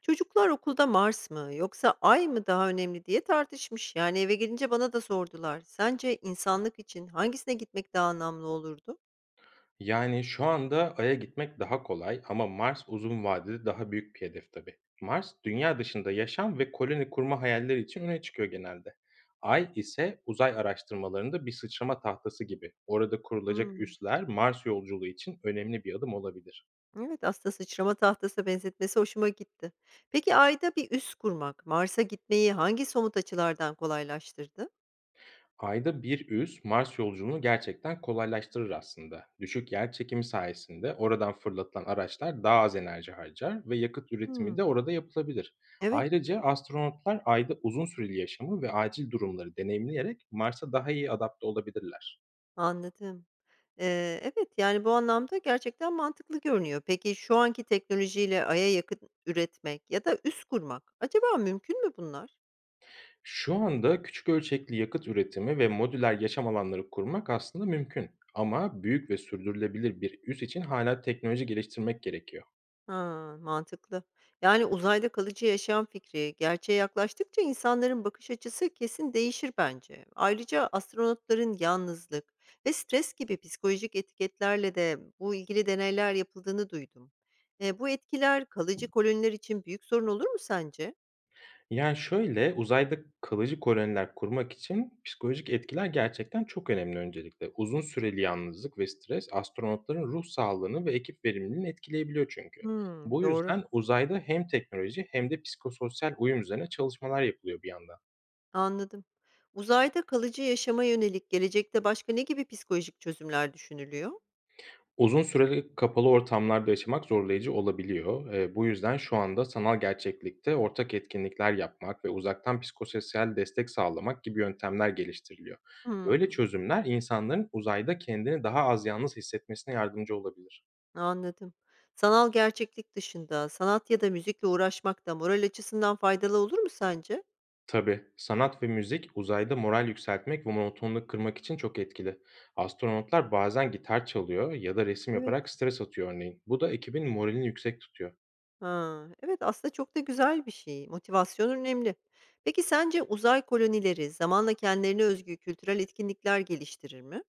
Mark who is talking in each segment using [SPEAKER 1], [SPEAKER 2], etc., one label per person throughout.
[SPEAKER 1] Çocuklar okulda Mars mı yoksa Ay mı daha önemli diye tartışmış. Yani eve gelince bana da sordular. Sence insanlık için hangisine gitmek daha anlamlı olurdu?
[SPEAKER 2] Yani şu anda Ay'a gitmek daha kolay ama Mars uzun vadede daha büyük bir hedef tabii. Mars dünya dışında yaşam ve koloni kurma hayalleri için öne çıkıyor genelde. Ay ise uzay araştırmalarında bir sıçrama tahtası gibi. Orada kurulacak
[SPEAKER 1] Hmm.
[SPEAKER 2] üsler Mars yolculuğu için önemli bir adım olabilir.
[SPEAKER 1] Evet, aslında sıçrama tahtası benzetmesi hoşuma gitti. Peki Ay'da bir üs kurmak, Mars'a gitmeyi hangi somut açılardan kolaylaştırdı?
[SPEAKER 2] Ayda bir üs Mars yolculuğunu gerçekten kolaylaştırır aslında. Düşük yer çekimi sayesinde oradan fırlatılan araçlar daha az enerji harcar ve yakıt üretimi
[SPEAKER 1] Hmm.
[SPEAKER 2] de orada yapılabilir.
[SPEAKER 1] Evet,
[SPEAKER 2] Ayrıca astronotlar ayda uzun süreli yaşamı ve acil durumları deneyimleyerek Mars'a daha iyi adapte olabilirler.
[SPEAKER 1] anladım. Evet, yani bu anlamda gerçekten mantıklı görünüyor. Peki şu anki teknolojiyle Ay'a yakın üretmek ya da üs kurmak acaba mümkün mü bunlar?
[SPEAKER 2] Şu anda küçük ölçekli yakıt üretimi ve modüler yaşam alanları kurmak aslında mümkün. Ama büyük ve sürdürülebilir bir üs için hala teknoloji geliştirmek gerekiyor.
[SPEAKER 1] Ha, mantıklı. Yani uzayda kalıcı yaşam fikri gerçeğe yaklaştıkça insanların bakış açısı kesin değişir bence. Ayrıca astronotların yalnızlık ve stres gibi psikolojik etiketlerle de bu ilgili deneyler yapıldığını duydum. Bu etkiler kalıcı koloniler için büyük sorun olur mu sence?
[SPEAKER 2] Yani, şöyle, uzayda kalıcı koloniler kurmak için psikolojik etkiler gerçekten çok önemli öncelikle. Uzun süreli yalnızlık ve stres astronotların ruh sağlığını ve ekip verimliliğini etkileyebiliyor çünkü.
[SPEAKER 1] Hmm,
[SPEAKER 2] Bu
[SPEAKER 1] doğru.
[SPEAKER 2] yüzden uzayda hem teknoloji hem de psikososyal uyum üzerine çalışmalar yapılıyor bir yandan.
[SPEAKER 1] Anladım. Uzayda kalıcı yaşama yönelik gelecekte başka ne gibi psikolojik çözümler düşünülüyor?
[SPEAKER 2] Uzun süreli kapalı ortamlarda yaşamak zorlayıcı olabiliyor. Bu yüzden şu anda sanal gerçeklikte ortak etkinlikler yapmak ve uzaktan psikososyal destek sağlamak gibi yöntemler geliştiriliyor. Böyle
[SPEAKER 1] Hmm.
[SPEAKER 2] çözümler insanların uzayda kendini daha az yalnız hissetmesine yardımcı olabilir.
[SPEAKER 1] Anladım. Sanal gerçeklik dışında sanat ya da müzikle uğraşmak da moral açısından faydalı olur mu sence?
[SPEAKER 2] Tabii, sanat ve müzik uzayda moral yükseltmek ve monotonluğu kırmak için çok etkili. Astronotlar bazen gitar çalıyor ya da resim
[SPEAKER 1] Evet.
[SPEAKER 2] yaparak stres atıyor örneğin. Bu da ekibin moralini yüksek tutuyor.
[SPEAKER 1] Ha, evet, aslında çok da güzel bir şey. Motivasyon önemli. Peki sence uzay kolonileri zamanla kendilerine özgü kültürel etkinlikler geliştirir mi?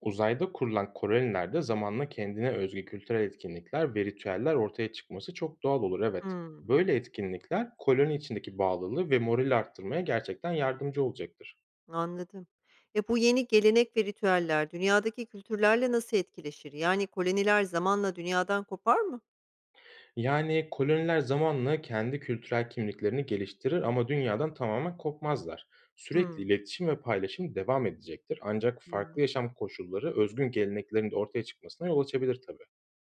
[SPEAKER 2] Uzayda kurulan kolonilerde zamanla kendine özgü kültürel etkinlikler ve ritüeller ortaya çıkması çok doğal olur, evet.
[SPEAKER 1] Hmm.
[SPEAKER 2] Böyle etkinlikler koloni içindeki bağlılığı ve morali arttırmaya gerçekten yardımcı olacaktır.
[SPEAKER 1] Anladım. Bu yeni gelenek ve ritüeller dünyadaki kültürlerle nasıl etkileşir? Yani koloniler zamanla dünyadan kopar mı?
[SPEAKER 2] Yani koloniler zamanla kendi kültürel kimliklerini geliştirir ama dünyadan tamamen kopmazlar. Sürekli
[SPEAKER 1] Hmm,
[SPEAKER 2] iletişim ve paylaşım devam edecektir, ancak
[SPEAKER 1] anladım.
[SPEAKER 2] farklı yaşam koşulları özgün geleneklerin de ortaya çıkmasına yol açabilir tabii.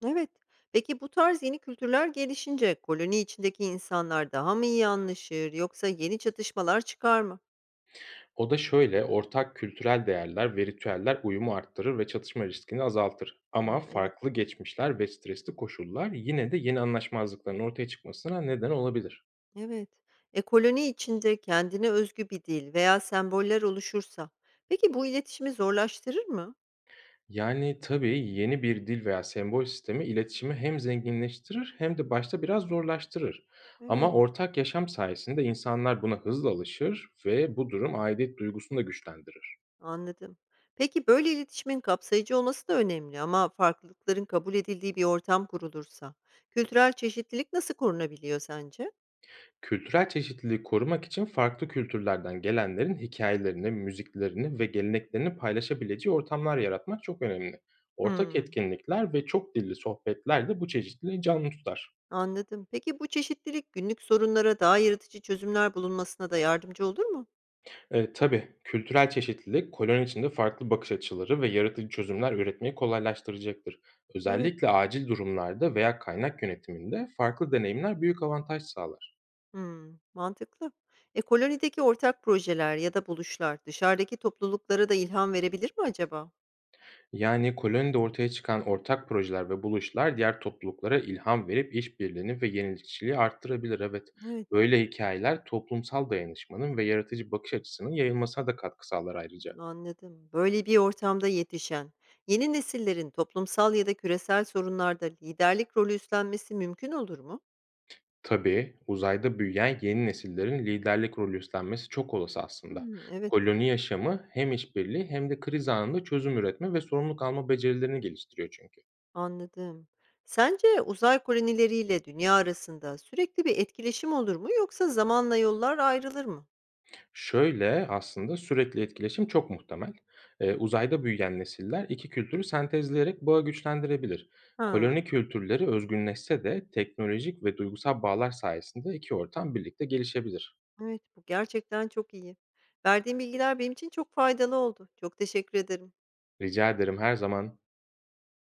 [SPEAKER 1] Evet. Peki bu tarz yeni kültürler gelişince koloni içindeki insanlar daha mı iyi anlaşır yoksa yeni çatışmalar çıkar mı?
[SPEAKER 2] O da şöyle, ortak kültürel değerler ve ritüeller uyumu arttırır ve çatışma riskini azaltır. Ama
[SPEAKER 1] Hımm, evet,
[SPEAKER 2] farklı geçmişler ve stresli koşullar yine de yeni anlaşmazlıkların ortaya çıkmasına neden olabilir.
[SPEAKER 1] evet. Koloni içinde kendine özgü bir dil veya semboller oluşursa peki bu iletişimi zorlaştırır mı?
[SPEAKER 2] Yani tabii, yeni bir dil veya sembol sistemi iletişimi hem zenginleştirir hem de başta biraz zorlaştırır. Ama
[SPEAKER 1] Evet,
[SPEAKER 2] ortak yaşam sayesinde insanlar buna hızla alışır ve bu durum aidiyet duygusunu da güçlendirir.
[SPEAKER 1] anladım. Peki böyle iletişimin kapsayıcı olması da önemli, ama farklılıkların kabul edildiği bir ortam kurulursa kültürel çeşitlilik nasıl korunabiliyor sence?
[SPEAKER 2] Kültürel çeşitliliği korumak için farklı kültürlerden gelenlerin hikayelerini, müziklerini ve geleneklerini paylaşabileceği ortamlar yaratmak çok önemli. Ortak
[SPEAKER 1] Hımm.
[SPEAKER 2] etkinlikler ve çok dilli sohbetler de bu çeşitliliği canlı tutar.
[SPEAKER 1] Anladım. Peki bu çeşitlilik günlük sorunlara daha yaratıcı çözümler bulunmasına da yardımcı olur mu?
[SPEAKER 2] Tabii, kültürel çeşitlilik koloni içinde farklı bakış açıları ve yaratıcı çözümler üretmeyi kolaylaştıracaktır.
[SPEAKER 1] Evet.
[SPEAKER 2] Özellikle acil durumlarda veya kaynak yönetiminde farklı deneyimler büyük avantaj sağlar.
[SPEAKER 1] Hmm, mantıklı. Kolonideki ortak projeler ya da buluşlar dışarıdaki topluluklara da ilham verebilir mi acaba?
[SPEAKER 2] Yani kolonide ortaya çıkan ortak projeler ve buluşlar diğer topluluklara ilham verip işbirliğini ve yenilikçiliği arttırabilir. Evet,
[SPEAKER 1] Evet,
[SPEAKER 2] böyle hikayeler toplumsal dayanışmanın ve yaratıcı bakış açısının yayılmasına da katkı sağlar ayrıca.
[SPEAKER 1] anladım. Böyle bir ortamda yetişen yeni nesillerin toplumsal ya da küresel sorunlarda liderlik rolü üstlenmesi mümkün olur mu?
[SPEAKER 2] Tabii uzayda büyüyen yeni nesillerin liderlik rolü üstlenmesi çok olası aslında.
[SPEAKER 1] Hmm, evet.
[SPEAKER 2] Koloni yaşamı hem işbirliği hem de kriz anında çözüm üretme ve sorumluluk alma becerilerini geliştiriyor çünkü.
[SPEAKER 1] Anladım. Sence uzay kolonileriyle dünya arasında sürekli bir etkileşim olur mu yoksa zamanla yollar ayrılır mı?
[SPEAKER 2] Şöyle, aslında sürekli etkileşim çok muhtemel. Uzayda büyüyen nesiller iki kültürü sentezleyerek bağı güçlendirebilir. Koloni
[SPEAKER 1] Ha,
[SPEAKER 2] kültürleri özgünleşse de teknolojik ve duygusal bağlar sayesinde iki ortam birlikte gelişebilir.
[SPEAKER 1] evet, bu gerçekten çok iyi. Verdiğin bilgiler benim için çok faydalı oldu. Çok teşekkür ederim.
[SPEAKER 2] Rica ederim, her zaman.